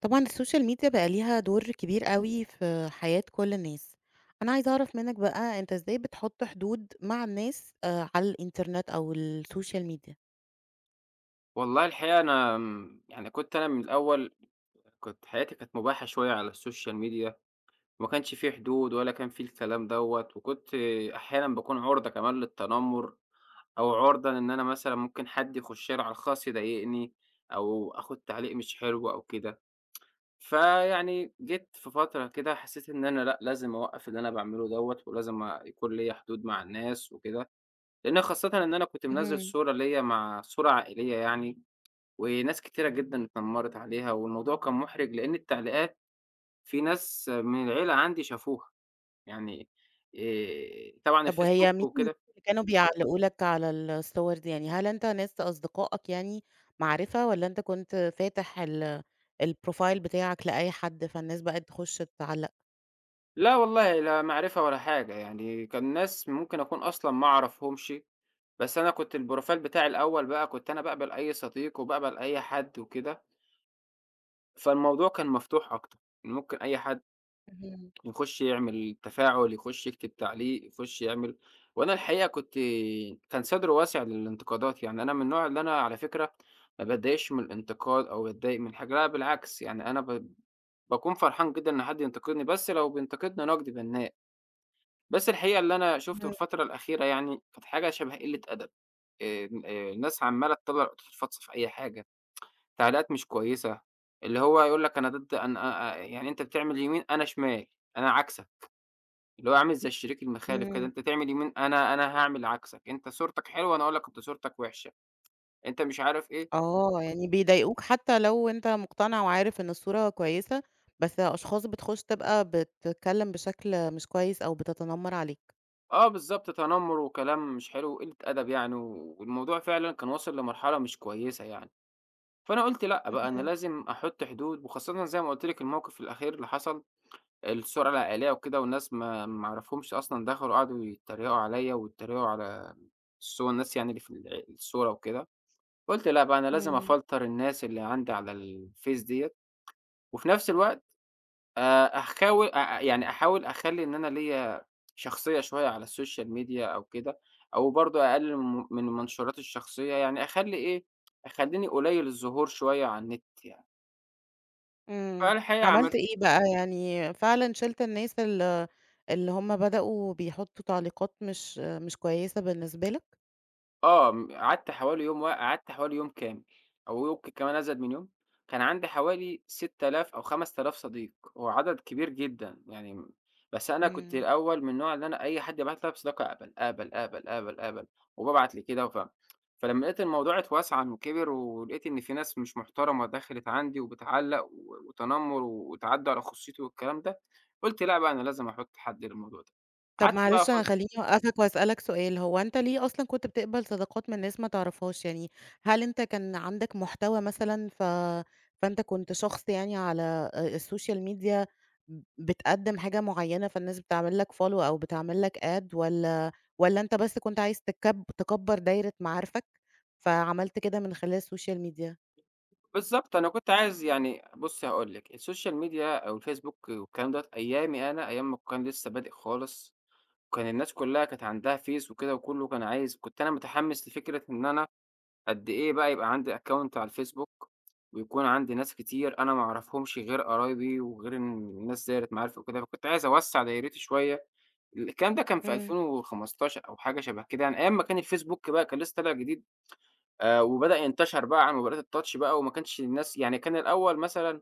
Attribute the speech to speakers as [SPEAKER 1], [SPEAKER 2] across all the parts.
[SPEAKER 1] طبعًا السوشيال ميديا بقى ليها دور كبير أوي في حياة كل الناس. أنا عايزة أعرف منّك بقى أنت إزاي بتحُط حدود مع الناس على الإنترنت أو السوشيال ميديا؟
[SPEAKER 2] والله الحقيقة أنا يعني كنت أنا من الأول كنت حياتي كانت مُباحة شوية على السوشيال ميديا، وما كانش في حدود ولا كان في الكلام دوّة، وكنت أحيانًا باكون عُرضة كمان للتنمُر، أو عُرضة لإن أنا مثلًا ممكن حد يخُش لي على الخاص يضايقني، أو آخُد تعليق مش حلو أو كده. فيعني جيت في فترة كده حسّيت إن أنا لأ، لازم أوقّف اللي أنا باعمله دوّة، ولازم يكون ليّا حدود مع الناس وكده، لإن خاصةً إن أنا كنت منزّل
[SPEAKER 1] اهم.
[SPEAKER 2] صورة ليّا مع صورة عائلية يعني، وناس كتيرة جدًا اتنمّرت عليها، والموضوع كان مُحرِج لإن التعليقات في ناس من العيلة عندي شافوها، يعني طبعًا
[SPEAKER 1] طب وهي
[SPEAKER 2] الفيسبوك
[SPEAKER 1] مين الناس
[SPEAKER 2] وكده.
[SPEAKER 1] اللي كانوا بيعلّقوا لك على الصور دي يعني؟ هل أنت ناس أصدقائك يعني معرفة والّا أنت كنت فاتح ال الprofile بتاعك لأي حد، فالناس بقت تخُش تعلّق؟
[SPEAKER 2] لا والله، لا معرفة ولا حاجة، يعني كان ناس ممكن أكون أصلًا ما أعرفهمش، بس أنا كنت البروفايل بتاعي الأول بقى كنت أنا باقبل أي صديق وباقبل أي حد وكده، فالموضوع كان مفتوح أكتر، يعني ممكن أي حد
[SPEAKER 1] اهم.
[SPEAKER 2] يخش يعمل تفاعل، يخش يكتب تعليق، يخش يعمل. وأنا الحقيقة كنت كان صدري واسع للانتقادات، يعني أنا من النوع اللي أنا على فكرة ما باتضايقش من الانتقاد أو باتضايق من حاجة، لا بالعكس، يعني أنا باكون فرحان جدًا إن حد ينتقدني، بس لو بينتقدني نقد بنّاء. بس الحقيقة اللي أنا شُفته
[SPEAKER 1] إمم،
[SPEAKER 2] في الفترة الأخيرة يعني كانت حاجة شبه قلة أدب، الناس عمّالة تطلّع الفاضصة في أي حاجة، تعليقات مش كويسة، اللي هو يقول لك أنا ضد، أنا أ أ يعني أنت بتعمل يمين أنا شمال، أنا عكسك. اللي هو عامل زي الشريك المخالف كده،
[SPEAKER 1] إمم.
[SPEAKER 2] أنت تعمل يمين أنا هاعمل عكسك، أنت صورتك حلوة أنا أقول لك أنت صورتك وحشة، أنت مش عارف إيه.
[SPEAKER 1] آه، يعني بيضايقوك حتى لو أنت مقتنع وعارف إن الصورة كويسة، بس أشخاص بتخش تبقى بتتكلّم بشكل مش كويس أو بتتنمر عليك.
[SPEAKER 2] آه بالضبط، تنمُّر وكلام مش حلو وقلة أدب يعني، والموضوع فعلًا كان واصل لمرحلة مش كويسة يعني. فأنا قُلت لأ بقى أنا
[SPEAKER 1] اهم.
[SPEAKER 2] لازم أحُط حدود، وخاصةً زي ما قُلت لِك الموقف الأخير اللي حصل، السرعة العالية وكده، والناس ما أعرفهمش أصلًا دخلوا قعدوا يتريقوا عليَّ ويتريقوا على الناس يعني اللي في الصورة وكده. قُلت لأ بقى أنا لازم
[SPEAKER 1] إمم،
[SPEAKER 2] أفلتر الناس اللي عندي على الفيس ديّة، وفي نفس الوقت أحكاول أ أ يعني أحاول أخلّي إن أنا ليّا شخصية شوية على السوشيال ميديا أو كده، أو برضه أقلل من المنشورات الشخصية، يعني أخلّي إيه، أخلّيني قليل الظهور شوية على النت يعني.
[SPEAKER 1] إمم.
[SPEAKER 2] فالحقيقة
[SPEAKER 1] عملت
[SPEAKER 2] عملت
[SPEAKER 1] إيه بقى؟ يعني فعلًا شِلت الناس ال اللي هُم بدأوا بيحطّوا تعليقات مش كويسة بالنسبة لك؟
[SPEAKER 2] آه، قعدت حوالي يوم وا قعدت حوالي يوم كامل أو يمكن كمان أزيد من يوم، كان عندي حوالي 6000 أو 5000 صديق، هو عدد كبير جدًا يعني بس أنا كنت
[SPEAKER 1] إمم.
[SPEAKER 2] الأول من النوع اللي أنا أي حد يبعت لي على صداقة أقبل، أقبل، أقبل، أقبل، أقبل، وبابعت لكده فلمّا لقيت الموضوع اتوسع وكبر ولقيت إن في ناس مش محترمة دخلت عندي وبتعلّق وتنمر وتعدّي على خصوصيتي والكلام ده، قُلت لأ بقى أنا لازم أحط حد للموضوع ده.
[SPEAKER 1] طب
[SPEAKER 2] قعدت بقى
[SPEAKER 1] معلش
[SPEAKER 2] ف
[SPEAKER 1] أنا خلّيني أوقّفك وأسألك سؤال، هو أنت ليه أصلًا كنت بتقبل صداقات من ناس ما تعرفهاش؟ يعني هل أنت كان عندك محتوى مثلًا فأنت كنت شخص يعني على السوشيال ميديا بتقدّم حاجة معيّنة فالناس بتعمل لك follow أو بتعمل لك ad والّا أنت بس كنت عايز تكبّر دايرة معارفك، فعملت كده من خلال السوشيال ميديا؟
[SPEAKER 2] بالضبط، أنا كنت عايز يعني بُصّي هاقول لِك، السوشيال ميديا أو الفيسبوك والكلام دوّة أيامي أنا، أيام ما كان لسه بادئ خالص، وكان الناس كلّها كانت عندها فيس وكده وكلّه كان عايز، كنت أنا متحمّس لفكرة إن أنا قد إيه بقى يبقى عندي account على الفيسبوك، ويكون عندي ناس كتير أنا ما أعرفهمش غير قرايبي وغير الناس دايرة معارفي وكده، فكنت عايز أوسّع دايرتي شوية. الكلام ده كان في
[SPEAKER 1] إمم،
[SPEAKER 2] 2015 أو حاجة شبه كده، يعني أيام ما كان الفيسبوك بقى كان لسه طالع جديد. وبدأ ينتشر بقى على موبايلات الTouch بقى، وما كانش الناس يعني كان الأول مثلًا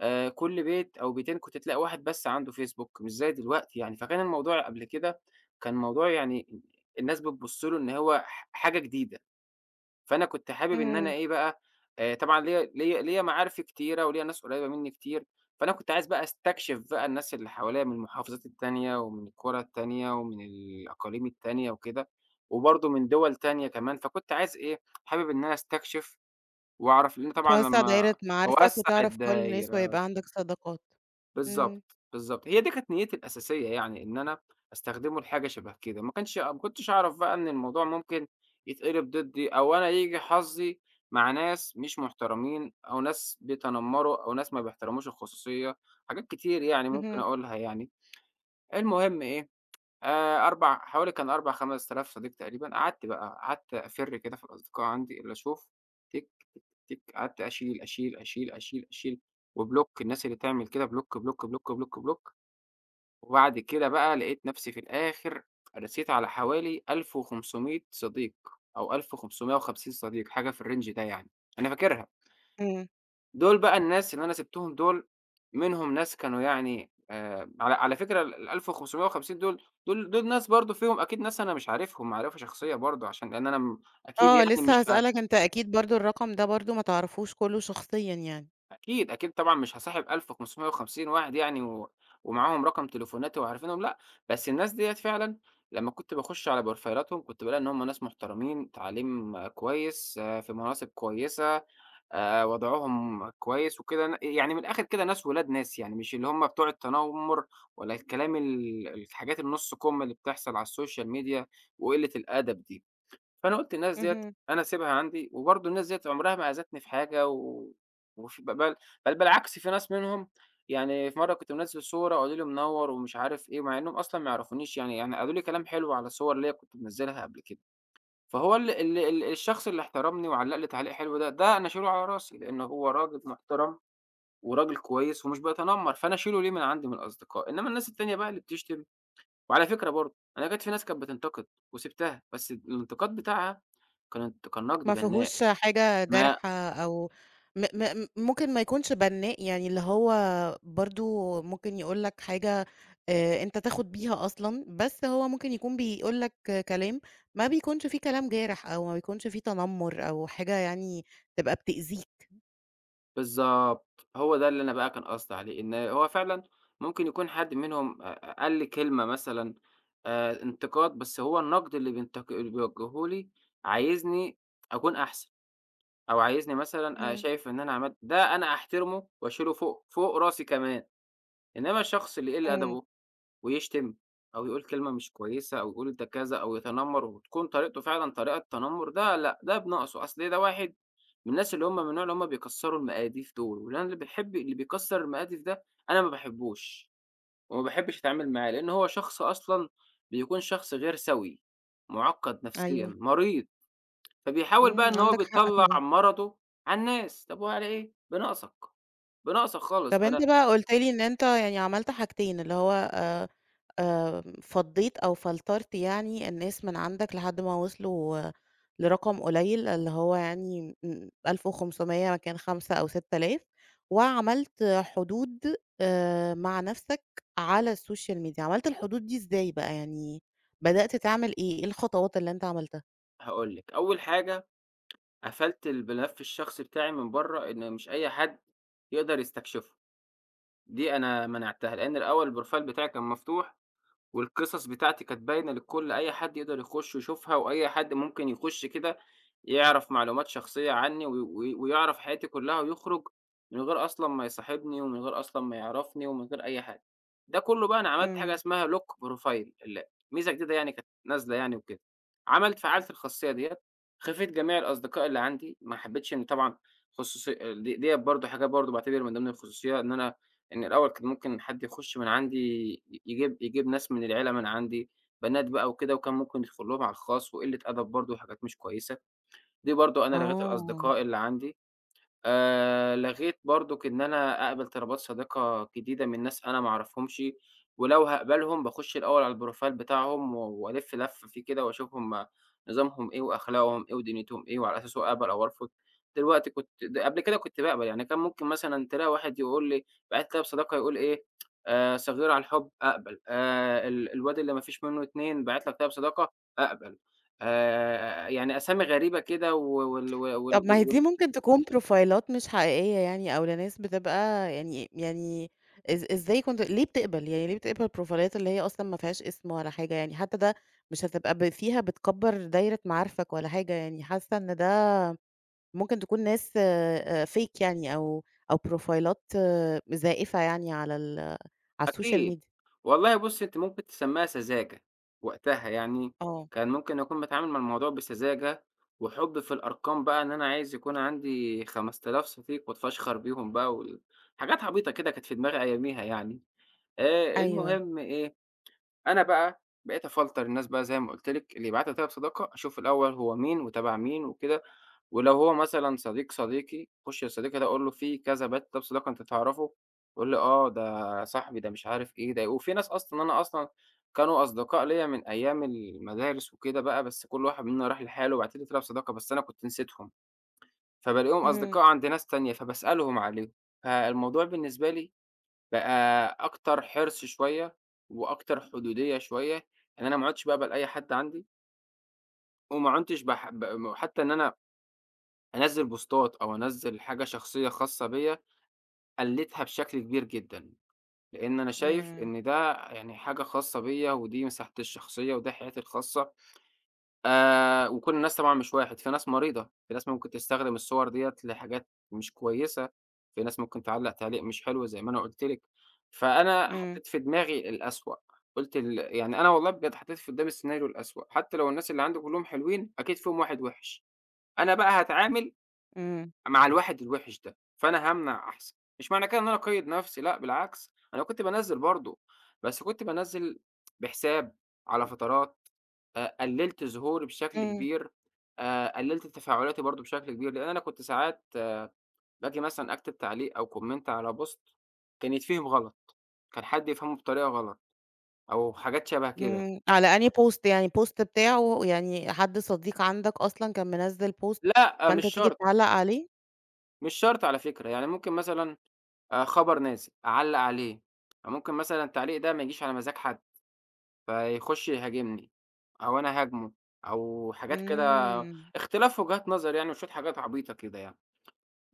[SPEAKER 2] كل بيت أو بيتين كنت تلاقي واحد بس عنده Facebook مش زي دلوقتي يعني، فكان الموضوع قبل كده كان موضوع يعني الناس بتبُص له إن هو حاجة جديدة. فأنا كنت حابب إن أنا
[SPEAKER 1] إمم.
[SPEAKER 2] إيه بقى، طبعًا ليّا معارفي كتيرة وليّا ناس قريّبة منّي كتير، فأنا كنت عايز بقى أستكشف بقى الناس اللي حواليّا من المحافظات التانية ومن القرى التانية ومن الأقاليم التانية وكده، وبرضه من دِوَل تانية كمان، فكنت عايز إيه، حابب إن أنا أستكشف وأعرف لإن طبعًا
[SPEAKER 1] توسّع دايرة
[SPEAKER 2] لمّا
[SPEAKER 1] معارفك
[SPEAKER 2] أوسّع
[SPEAKER 1] وتعرف كل الناس
[SPEAKER 2] الدايرة.
[SPEAKER 1] ويبقى عندك صداقات. إمم.
[SPEAKER 2] بالضبط، بالضبط. هي دي كانت نيّتي الأساسية، يعني إن أنا أستخدمه لحاجة شبه كده، ما كنتش أعرف بقى إن الموضوع ممكن يتقلب ضدي أو أنا ييجي حظّي مع ناس مش محترمين أو ناس بيتنمّروا أو ناس ما بيحترموش الخصوصية، حاجات كتير يعني ممكن
[SPEAKER 1] اهم.
[SPEAKER 2] أقولها يعني. المهم إيه، 4 حوالي كان 4، 5000 صديق تقريبًا، قعدت بقى قعدت أفِر كده في الأصدقاء عندي اللي أشوف تِك، تِك، قعدت أشيل، أشيل، أشيل، أشيل، أشيل، وبلوك، الناس اللي تعمل كده بلوك، بلوك، بلوك، بلوك، بلوك. وبعد كده بقى لقيت نفسي في الآخر رسيت على حوالي 1500 صديق أو 1550 صديق، حاجة في الرينج ده يعني، أنا فاكرها.
[SPEAKER 1] إمم.
[SPEAKER 2] دول بقى الناس اللي أنا سِبتهم دول، منهم ناس كانوا يعني على فكرة ال ال1550 دول، دول ناس برضه فيهم أكيد ناس أنا مش عارفهم معرفة شخصية برضه عشان لإن أنا أكيد
[SPEAKER 1] آه،
[SPEAKER 2] يعني
[SPEAKER 1] لسه
[SPEAKER 2] مش
[SPEAKER 1] هاسألك أنت أكيد برضه الرقم ده برضه ما تعرفوش كلّه شخصيًا يعني.
[SPEAKER 2] أكيد، أكيد طبعًا مش هاصاحب 1550 واحد يعني ومعاهم رقم تليفوناتي وعارفينهم لأ، بس الناس ديّة فعلًا لمّا كنت باخش على بروفايلاتهم كنت بالاقي إن هم ناس محترمين، تعليم آه، كويس، آه، في مناصب كويسة، وضعهم كويس وكده، يعني من الآخر كده ناس ولاد ناس، يعني مش اللي هم بتوع التنمر ولا الكلام ال الحاجات النُص كُم اللي بتحصل على السوشيال ميديا وقلة الأدب دي. فأنا قُلت الناس ديّة
[SPEAKER 1] اهم.
[SPEAKER 2] أنا أسيبها عندي، وبرضه الناس ديّة عمرها ما آذتني في حاجة، و وف ب بل بل بالعكس في ناس منهم يعني في مرّة كنت منزّل صورة وقالوا لي منوّر ومش عارف إيه، مع إنهم أصلًا ما يعرفونيش يعني، يعني قالوا لي كلام حلو على صور ليّا كنت منزّلها قبل كده. فهو ال ال ال الشخص اللي احترمني وعلّق لي تعليق حلو ده، ده أنا أشيله على راسي، لإن هو راجل محترم وراجل كويس ومش بيتنمر، فأنا أشيله ليه من عندي من الأصدقاء، إنما الناس التانية بقى اللي بتشتم. وعلى فكرة برضه أنا جات في ناس كانت بتنتقد وسِبتها، بس الانتقاد بتاعها كان نقد
[SPEAKER 1] ما
[SPEAKER 2] بنّاء.
[SPEAKER 1] فيهوش حاجة
[SPEAKER 2] ما
[SPEAKER 1] جارحة أو م م ممكن ما يكونش بنّاء، يعني اللي هو برضه ممكن يقول لك حاجة أنت تاخد بيها أصلًا، بس هو ممكن يكون بيقول لك كلام ما بيكونش فيه كلام جارح أو ما بيكونش فيه تنمر أو حاجة يعني تبقى بتأذيك.
[SPEAKER 2] بالضبط، هو ده اللي أنا بقى كان قصدي عليه، إن هو فعلًا ممكن يكون حد منهم قال لي كلمة مثلًا انتقاد، بس هو النقد اللي بيوجّهه لي عايزني أكون أحسن، أو عايزني مثلًا
[SPEAKER 1] إمم.
[SPEAKER 2] شايف إن أنا عملت ده، أنا أحترمه وأشيله فوق راسي كمان. إنّما الشخص اللي يقِل
[SPEAKER 1] إمم.
[SPEAKER 2] أدبه ويشتم أو يقول كلمة مش كويسة أو يقول ده كذا أو يتنمر وتكون طريقته فعلًا طريقة تنمر، ده لأ، ده بناقصه، أصل ده واحد من الناس اللي هم من النوع اللي هم بيكسّروا المقاديف دول، واللي أنا اللي باحب اللي بيكسّر المقاديف ده أنا ما باحبوش، وما باحبش أتعامل معاه، لإن هو شخص أصلًا بيكون شخص غير سوي، مُعقّد نفسيًا،
[SPEAKER 1] أيوه.
[SPEAKER 2] مريض، فبيحاول بقى
[SPEAKER 1] إمم.
[SPEAKER 2] إن هو
[SPEAKER 1] عندك حق
[SPEAKER 2] بيطلّع
[SPEAKER 1] طبعًا.
[SPEAKER 2] مرضه على الناس، طب وعلى إيه؟ بناقصك، بناقصك خالص.
[SPEAKER 1] طَب أنت
[SPEAKER 2] أنا
[SPEAKER 1] بقى قُلت لي إن أنت يعني عملت حاجتين، اللي هو آمم، فضّيت أو فلترت يعني الناس من عندك لحد ما وصلوا آه، لرقم قليل، اللي هو يعني 1500 مكان 5 أو 6000، وعملت حدود مع نَفْسك على الSocial media. عملت الحدود دي إزاي بقى؟ يعني بدأت تعمل إيه، إيه الخطوات اللي أنت عملتها؟
[SPEAKER 2] هاقول لِك، أول حاجة قفلت الملف الشخصي بتاعي من بره إن مش أي حد يقدر يستكشفه، دي أنا منعتها، لأن الأول البروفايل بتاعي كان مفتوح والقصص بتاعتي كانت باينة للكل، أي حد يقدر يخش يشوفها، وأي حد ممكن يخش كده يعرف معلومات شخصية عني و و ويعرف حياتي كلها ويخرج من غير أصلًا ما يصاحبني، ومن غير أصلًا ما يعرفني، ومن غير أي حاجة. ده كله بقى أنا عملت حاجة
[SPEAKER 1] إمم.
[SPEAKER 2] اسمها lock profile، ميزة جديدة يعني كانت نازلة يعني وكده. فعّلت الخاصية ديّة، خفِت جميع الأصدقاء اللي عندي، ما حبيتش إن طبعًا خصوصي، ديّة برضه حاجة برضه باعتبر من ضمن الخصوصية إن أنا لإن الأول كان ممكن حد يخش من عندي ي يجيب يجيب ناس من العيلة من عندي، بنات بقى وكده، وكان ممكن يدخل لهم على الخاص وقلة أدب برضه وحاجات مش كويسة. دي برضه أنا لغيت
[SPEAKER 1] آه.
[SPEAKER 2] الأصدقاء اللي عندي. لغيت برضُك إن أنا أقبل طلبات صديقة جديدة من ناس أنا ما أعرفهمش، ولو هاقبلهم باخُش الأول على الprofile بتاعهم و وألِف لَفّة فيه كده وأشوف هُم نظامهم إيه وأخلاقهم إيه ودنيتهم إيه، وعلى أساسه أقبل أو أرفض. دلوقتي كنت قبل كده كنت باقبل، يعني كان ممكن مثلًا تلاقي واحد يقول لي باعت طلب صداقة يقول إيه، صغير على الحُب أقبل، ال الواد اللي ما فيش منّه اتنين باعت لك طلب صداقة أقبل. يعني أسامي غريبة كده و وال وال وال
[SPEAKER 1] طب ما هي دي
[SPEAKER 2] وال
[SPEAKER 1] ممكن تكون بروفايلات مش حقيقية، يعني أو لناس بتبقى يعني إزاي كنت ليه بتقبل، يعني ليه بتقبل بروفايلات اللي هي أصلًا ما فيهاش اسم ولا حاجة يعني، حتى ده مش هتبقى فيها بتكبّر دايرة معارفك ولا حاجة يعني، حاسة إن ده ممكن تكون ناس fake يعني أو بروفايلات آه، زائفة يعني على على السوشيال
[SPEAKER 2] أكيد.
[SPEAKER 1] ميديا.
[SPEAKER 2] والله بُصّي، أنتِ ممكن تسمّيها سذاجة وقتها يعني،
[SPEAKER 1] آه.
[SPEAKER 2] كان ممكن أكون باتعامل مع الموضوع بسذاجة وحُب في الأرقام بقى إن أنا عايز يكون عندي 5000 صديق وأتفشخر بيهم بقى وال حاجات عبيطة كده كانت في دماغي أياميها يعني.
[SPEAKER 1] أيوه.
[SPEAKER 2] المهم إيه، أنا بقى بقيت أفلتر الناس بقى زي ما قُلت لك، اللي يبعت لي طلب صداقة أشوف الأول هو مين وتبع مين وكده. ولو هو مثلًا صديق صديقي، أخش لصديقي ده أقول له في كذا بات ده بصداقة أنت تعرفه؟ يقول لي آه، ده صاحبي ده مش عارف إيه ده، وفي ناس أصلًا أنا كانوا أصدقاء ليّا من أيام المدارس وكده بقى، بس كل واحد منا راح لحاله وبعد كده طلع بصداقة بس أنا كنت نسيتهم، فبالاقيهم
[SPEAKER 1] اهم.
[SPEAKER 2] أصدقاء عند ناس تانية فباسألهم عليهم. فالموضوع بالنسبة لي بقى أكتر حرص شوية، وأكتر حدودية شوية، إن أنا ما اقعدش بقى أقبل أي حد عندي، وما عُنتش باح ب م حتى إن أنا أنزّل بوستات أو أنزّل حاجة شخصية خاصة بيّا، قلّدها بشكل كبير جدًا، لإن أنا شايف
[SPEAKER 1] إمم،
[SPEAKER 2] إن ده يعني حاجة خاصة بيّا، ودي مساحتي الشخصية، وده حياتي الخاصة. وكل الناس طبعًا مش واحد، في ناس مريضة، في ناس ممكن تستخدم الصور ديّة لحاجات مش كويسة، في ناس ممكن تعلّق تعليق مش حلو زي ما أنا قُلت لِك، فأنا إمم.
[SPEAKER 1] إمم،
[SPEAKER 2] حطيت في دماغي الأسوأ، قُلت ال يعني أنا والله بجد حطيت في قدّامي السيناريو الأسوأ، حتى لو الناس اللي عندي كلّهم حلوين، أكيد فيهم واحد وِحِش، أنا بقى هاتعامل
[SPEAKER 1] إمم،
[SPEAKER 2] مع الواحد الوحش ده، فأنا هامنع أحسن، مش معنى كده إن أنا أقيّد نفسي لأ بالعكس، أنا كنت بانزّل برضه، بس كنت بانزّل بحساب، على فترات، قلّلت ظهوري بشكل
[SPEAKER 1] إمم.
[SPEAKER 2] كبير، قلّلت تفاعلاتي برضه بشكل كبير، لإن أنا كنت ساعات آه، باجي مثلًا أكتب تعليق أو comment على post كان يتفهم غلط، كان حد يفهمه بطريقة غلط أو حاجات شبه كده.
[SPEAKER 1] إمم، على أنهي post؟ يعني post بتاعه، يعني حد صديق عندك أصلًا كان منزّل post
[SPEAKER 2] لأ آه، مش
[SPEAKER 1] فأنت تيجي
[SPEAKER 2] شرط،
[SPEAKER 1] تعلّق عليه؟
[SPEAKER 2] مش شرط على فكرة، يعني ممكن مثلًا خبر نازل، أعلّق عليه، ممكن مثلًا التعليق ده ما يجيش على مزاج حد، فيخش يهاجمني أو أنا أهاجمه، أو حاجات كده،
[SPEAKER 1] إمم.
[SPEAKER 2] اختلاف وجهات نظر يعني وشوية حاجات عبيطة كده يعني.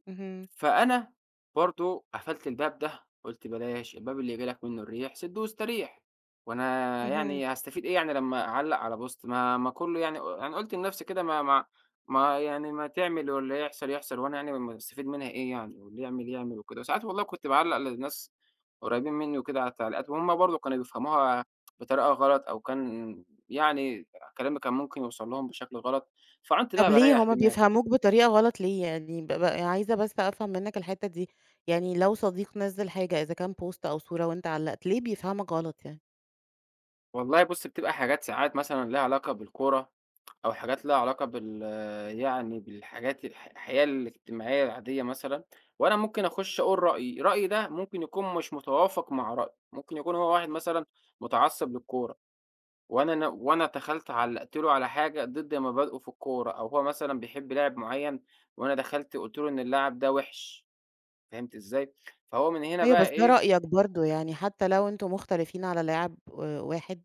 [SPEAKER 1] اهم.
[SPEAKER 2] فأنا برضه قفلت الباب ده، قُلت بلاش، الباب اللي يجي لك منّه الريح سِدُّه واستريح، وأنا
[SPEAKER 1] اهم.
[SPEAKER 2] يعني هاستفيد إيه يعني لمّا أعلّق على post، ما ما كلّه يعني، يعني قُلت لنفسي كده ما ما ما يعني ما تعمل واللي يحصل يحصل، وأنا يعني مستفيد منها إيه يعني، واللي يعمل يعمل وكده. وساعات والله كنت باعلّق لناس قريبين منّي وكده على التعليقات، وهُم برضه كانوا بيفهموها بطريقة غلط، أو كان يعني كلامي كان ممكن يوصل لهم بشكل غلط، فعنت
[SPEAKER 1] طب
[SPEAKER 2] بقى
[SPEAKER 1] ليه
[SPEAKER 2] باريّح
[SPEAKER 1] هُم
[SPEAKER 2] دماغي.
[SPEAKER 1] بيفهموك بطريقة غلط ليه يعني؟ ب ب عايزة بس أفهم منّك الحتّة دي، يعني لو صديق نزّل حاجة إذا كان post أو صورة وأنت علّقت، ليه بيفهمك غلط يعني؟
[SPEAKER 2] والله بُص، بتبقى حاجات ساعات مثلًا ليها علاقة بالكورة، أو حاجات ليها علاقة يعني بالحاجات الحياة الاجتماعية العادية مثلًا، وأنا ممكن أخش أقول رأيي، رأيي ده ممكن يكون مش متوافق مع رأيه، ممكن يكون هو واحد مثلًا متعصب للكورة، وأنا دخلت علّقت له على حاجة ضد مبادئه في الكورة، أو هو مثلًا بيحب لاعب معين، وأنا دخلت قُلت له إن اللاعب ده وِحِش، فهمت إزاي؟ فهو من هنا
[SPEAKER 1] أيوه
[SPEAKER 2] بقى
[SPEAKER 1] بس ده
[SPEAKER 2] إيه،
[SPEAKER 1] رأيك برضه، يعني حتى لو أنتم مختلفين على لاعب واحد،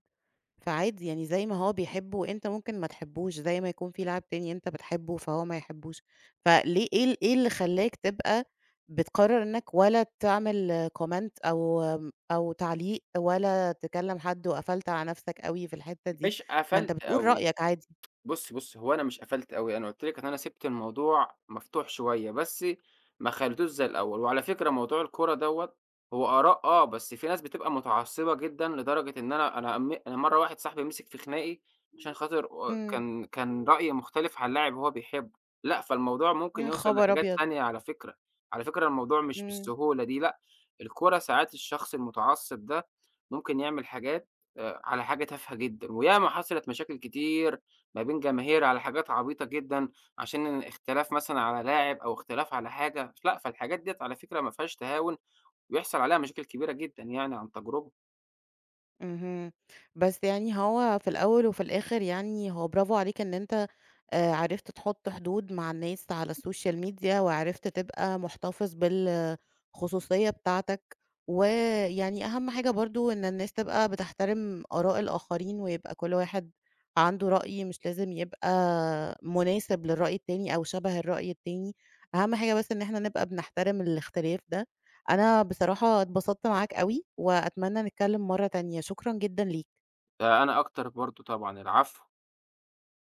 [SPEAKER 1] فعادي يعني زي ما هو بيحبه أنت ممكن ما تحبوش، زي ما يكون في لاعب تاني أنت بتحبه فهو ما يحبوش. فليه إيه اللي خلّاك تبقى بتقرّر إنك ولا تعمل comment أو تعليق، ولا تكلّم حد وقفلت على نَفْسك أوي في الحتّة دي؟
[SPEAKER 2] مش
[SPEAKER 1] ما أنت
[SPEAKER 2] قفلت
[SPEAKER 1] بتقول
[SPEAKER 2] أوي.
[SPEAKER 1] رأيك عادي.
[SPEAKER 2] بُصّي، بُصّي، هو أنا مش قفلت أوي، أنا قُلت لِك إن أنا سِبت الموضوع مفتوح شوية، بس ما خلّيتوش زي الأول. وعلى فكرة موضوع الكورة دوّة هو آراء آه، بس في ناس بتبقى متعصبة جدًا لدرجة إن أنا مرّة واحد صاحبي مسك في خناقي عشان خاطر
[SPEAKER 1] إمم.
[SPEAKER 2] كان رأيي مختلف عن لاعب هو بيحبه. لأ، فالموضوع ممكن
[SPEAKER 1] يا
[SPEAKER 2] يوصل
[SPEAKER 1] خبر
[SPEAKER 2] لحاجات
[SPEAKER 1] أبيض!
[SPEAKER 2] تانية على فكرة. على فكرة الموضوع مش
[SPEAKER 1] إمم.
[SPEAKER 2] بالسهولة دي لأ، الكورة ساعات الشخص المتعصب ده ممكن يعمل حاجات على حاجة تافهة جدًا، وياما حصلت مشاكل كتير ما بين جماهير على حاجات عبيطة جدًا، عشان اختلاف مثلًا على لاعب أو اختلاف على حاجة، لأ، فالحاجات ديّة على فكرة ما فيهاش تهاون، بيحصل عليها مشاكل كبيرة جدًا يعني عن تجربة،
[SPEAKER 1] اهم. بس يعني هو في الأول وفي الآخر، يعني هو برافو عليك إن أنت عرفت تحُط حدود مع الناس على السوشيال ميديا وعرفت تبقى مُحتفظ بالخصوصية بتاعتك، ويعني أهم حاجة برضه إن الناس تبقى بتحترم آراء الآخرين، ويبقى كل واحد عنده رأي مش لازم يبقى مناسب للرأي التاني أو شَبه الرأي التاني، أهم حاجة بس إن إحنا نبقى بنحترم الاختلاف ده. أنا بصراحة اتبسطت معاك أوي، وأتمنى نتكلم مرّة تانية، شكرًا جدًا ليك.
[SPEAKER 2] فأنا أكتر برضه طبعًا، العفو.